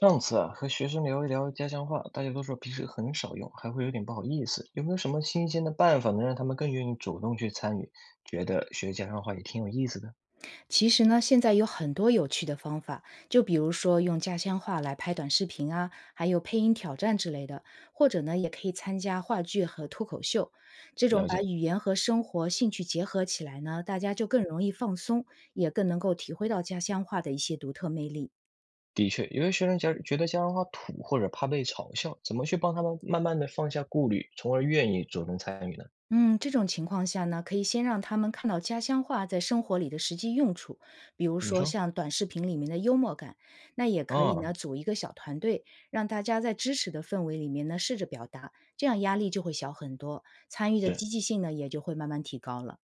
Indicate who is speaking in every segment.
Speaker 1: 上次啊，和学生聊一聊家乡话，大家都说平时很少用，还会有点不好意思。有没有什么新鲜的办法能让他们更愿意主动去参与？觉得学家乡话也挺有意思的。
Speaker 2: 其实呢，现在有很多有趣的方法，就比如说用家乡话来拍短视频啊，还有配音挑战之类的，或者呢，也可以参加话剧和脱口秀。这种
Speaker 1: 了
Speaker 2: 把
Speaker 1: 解，
Speaker 2: 语言和生活兴趣结合起来呢，大家就更容易放松，也更能够体会到家乡话的一些独特魅力。
Speaker 1: 的确，有些学生觉得家乡话土或者怕被嘲笑，怎么去帮他们慢慢的放下顾虑，从而愿意主动参与呢？
Speaker 2: 嗯，这种情况下呢，可以先让他们看到家乡话在生活里的实际用处，比如
Speaker 1: 怎么
Speaker 2: 说
Speaker 1: 说？
Speaker 2: 像短视频里面的幽默感。那也可以
Speaker 1: 啊，
Speaker 2: 呢，组一个小团队，让大家在支持的氛围里面呢试着表达，这样压力就会小很多，参与的
Speaker 1: 是。
Speaker 2: 积极性呢也就会慢慢提高了。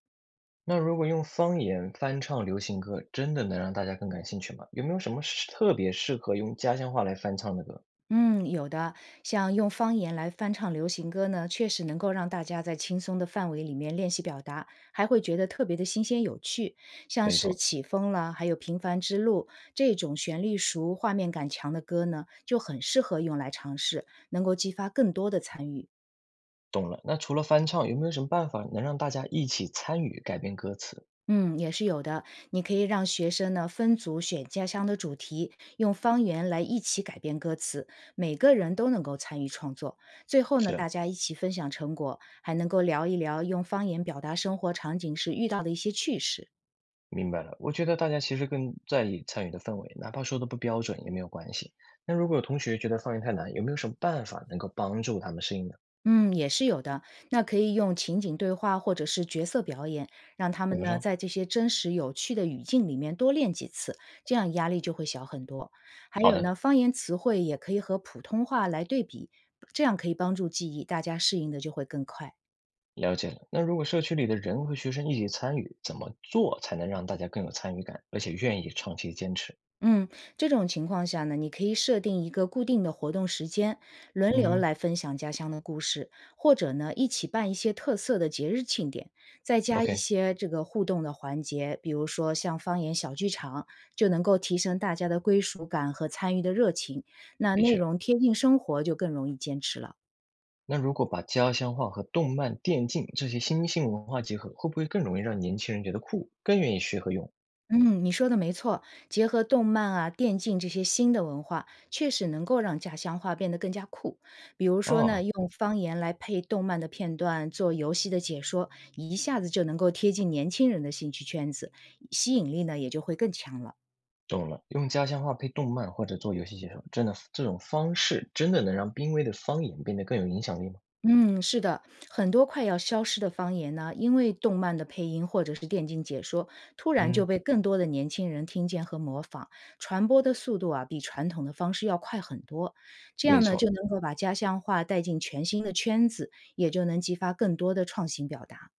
Speaker 1: 那如果用方言翻唱流行歌，真的能让大家更感兴趣吗？有没有什么是特别适合用家乡话来翻唱的歌？
Speaker 2: 嗯，有的，像用方言来翻唱流行歌呢，确实能够让大家在轻松的范围里面练习表达，还会觉得特别的新鲜有趣。像
Speaker 1: 没
Speaker 2: 是
Speaker 1: 错。
Speaker 2: 《起风了》还有《平凡之路》这种旋律熟、画面感强的歌呢，就很适合用来尝试，能够激发更多的参与。
Speaker 1: 懂了，那除了翻唱，有没有什么办法能让大家一起参与改编歌词？
Speaker 2: 嗯，也是有的。你可以让学生呢分组选家乡的主题，用方言来一起改编歌词，每个人都能够参与创作。最后呢，
Speaker 1: 是，
Speaker 2: 大家一起分享成果，还能够聊一聊用方言表达生活场景时遇到的一些趣事。
Speaker 1: 明白了，我觉得大家其实更在意参与的氛围，哪怕说的不标准也没有关系。那如果有同学觉得方言太难，有没有什么办法能够帮助他们适应呢？
Speaker 2: 嗯，也是有的。那可以用情景对话或者是角色表演，让他们
Speaker 1: 怎么
Speaker 2: 呢
Speaker 1: 说？
Speaker 2: 在这些真实有趣的语境里面多练几次，这样压力就会小很多。还
Speaker 1: 好
Speaker 2: 有
Speaker 1: 的，
Speaker 2: 呢，方言词汇也可以和普通话来对比，这样可以帮助记忆，大家适应的就会更快。
Speaker 1: 了解了。那如果社区里的人和学生一起参与，怎么做才能让大家更有参与感，而且愿意长期坚持？
Speaker 2: 嗯，这种情况下呢，你可以设定一个固定的活动时间，轮流
Speaker 1: 嗯
Speaker 2: 来分享家乡的故事，或者呢，一起办一些特色的节日庆典，再加一
Speaker 1: ，OK，
Speaker 2: 些这个互动的环节，比如说像方言小剧场，就能够提升大家的归属感和参与的热情。那
Speaker 1: 的
Speaker 2: 内
Speaker 1: 确。
Speaker 2: 容贴近生活，就更容易坚持了。
Speaker 1: 那如果把家乡话和动漫、电竞这些新兴文化结合，会不会更容易让年轻人觉得酷，更愿意学和用？
Speaker 2: 嗯，你说的没错，结合动漫啊、电竞这些新的文化，确实能够让家乡话变得更加酷。比如说呢，
Speaker 1: 哦，
Speaker 2: 用方言来配动漫的片段做游戏的解说，一下子就能够贴近年轻人的兴趣圈子，吸引力呢也就会更强了。
Speaker 1: 懂了，用家乡话配动漫或者做游戏解说，这种方式真的能让濒危的方言变得更有影响力吗？
Speaker 2: 嗯，是的，很多快要消失的方言呢，因为动漫的配音或者是电竞解说，突然就
Speaker 1: 嗯，
Speaker 2: 被更多的年轻人听见和模仿，传播的速度啊，比传统的方式要快很多。这
Speaker 1: 没
Speaker 2: 样呢，就
Speaker 1: 错，
Speaker 2: 能够把家乡话带进全新的圈子，也就能激发更多的创新表达。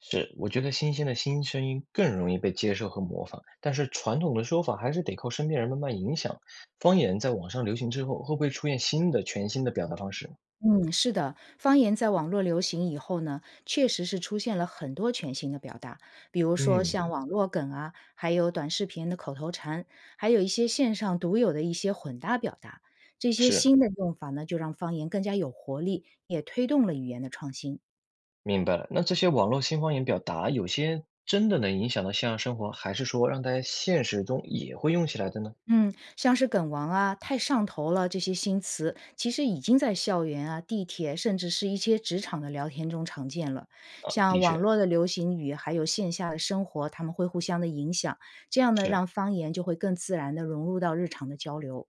Speaker 1: 是，我觉得新的声音更容易被接受和模仿，但是传统的说法还是得靠身边人慢慢影响。方言在网上流行之后，会不会出现全新的表达方式？
Speaker 2: 嗯，是的，方言在网络流行以后呢，确实是出现了很多全新的表达，比如说
Speaker 1: 嗯，
Speaker 2: 像网络梗啊，还有短视频的口头禅，还有一些线上独有的一些混搭表达。这些
Speaker 1: 是。
Speaker 2: 新的用法呢，就让方言更加有活力，也推动了语言的创新。
Speaker 1: 明白了，那这些网络新方言表达，有些真的能影响到现实生活，还是说让大家现实中也会用起来的呢？
Speaker 2: 嗯，像是“梗王”啊、“太上头了”这些新词，其实已经在校园啊、地铁，甚至是一些职场的聊天中常见了。
Speaker 1: 啊，
Speaker 2: 像
Speaker 1: 的
Speaker 2: 网
Speaker 1: 确
Speaker 2: 络的流行语，还有线下的生活，他们会互相的影响，这样呢，
Speaker 1: 是。
Speaker 2: 让方言就会更自然的融入到日常的交流。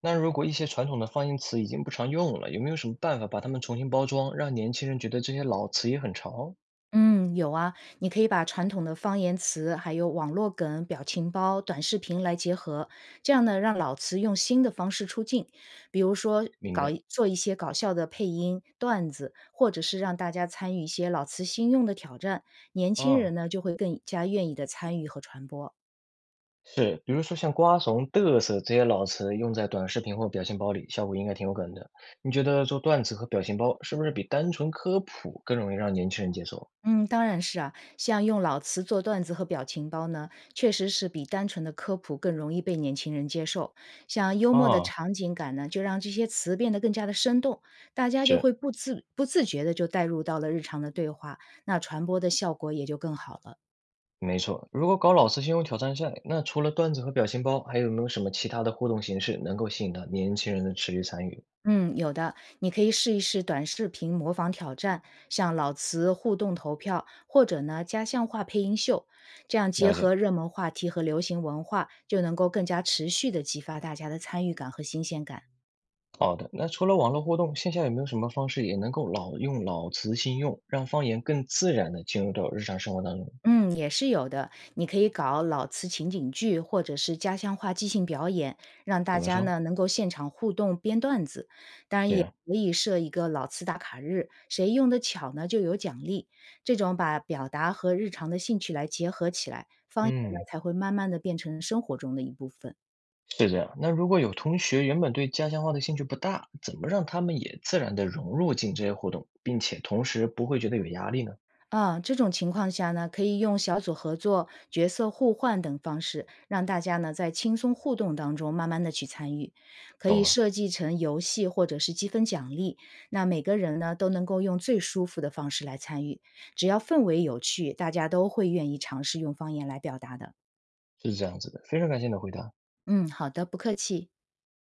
Speaker 1: 那如果一些传统的方言词已经不常用了，有没有什么办法把它们重新包装，让年轻人觉得这些老词也很潮？
Speaker 2: 嗯，有啊，你可以把传统的方言词，还有网络梗、表情包、短视频来结合，这样呢，让老词用新的方式出镜，比如说
Speaker 1: 明
Speaker 2: 搞
Speaker 1: 白。
Speaker 2: 一做一些搞笑的配音段子，或者是让大家参与一些老词新用的挑战，年轻人
Speaker 1: 啊，
Speaker 2: 呢就会更加愿意的参与和传播。
Speaker 1: 是，比如说像瓜怂、嘚瑟这些老词，用在短视频或表情包里，效果应该挺有梗的。你觉得做段子和表情包是不是比单纯科普更容易让年轻人接受？
Speaker 2: 嗯，当然是啊，像用老词做段子和表情包呢，确实是比单纯的科普更容易被年轻人接受。像幽默的
Speaker 1: 啊，
Speaker 2: 场景感呢，就让这些词变得更加的生动，大家就
Speaker 1: 是。
Speaker 2: 会不自觉的就带入到了日常的对话，那传播的效果也就更好了。
Speaker 1: 没错，如果搞老词新用挑战赛，那除了段子和表情包，还有没有什么其他的互动形式能够吸引到年轻人的持续参与？
Speaker 2: 嗯，有的，你可以试一试短视频模仿挑战，像老词互动投票，或者呢家乡话配音秀，这样结
Speaker 1: 了解，
Speaker 2: 合热门话题和流行文化，就能够更加持续的激发大家的参与感和新鲜感。
Speaker 1: 好的。那除了网络互动，线下有没有什么方式也能够老词新用，让方言更自然的进入到日常生活当中？
Speaker 2: 嗯，也是有的。你可以搞老词情景剧，或者是家乡话即兴表演，让大
Speaker 1: 怎么
Speaker 2: 家
Speaker 1: 说？
Speaker 2: 呢能够现场互动编段子。当然
Speaker 1: 这
Speaker 2: 也
Speaker 1: 样，
Speaker 2: 可以设一个老词打卡日，谁用的巧呢就有奖励。这种把表达和日常的兴趣来结合起来，方言呢
Speaker 1: 嗯，
Speaker 2: 才会慢慢的变成生活中的一部分。
Speaker 1: 是这样。那如果有同学原本对家乡话的兴趣不大，怎么让他们也自然的融入进这些活动，并且同时不会觉得有压力呢？
Speaker 2: 啊，这种情况下呢，可以用小组合作、角色互换等方式，让大家呢在轻松互动当中慢慢的去参与。可以
Speaker 1: 懂了，
Speaker 2: 设计成游戏或者是积分奖励，那每个人呢都能够用最舒服的方式来参与。只要氛围有趣，大家都会愿意尝试用方言来表达的。
Speaker 1: 是这样子的。非常感谢你的回答。
Speaker 2: 嗯，好的，不客气。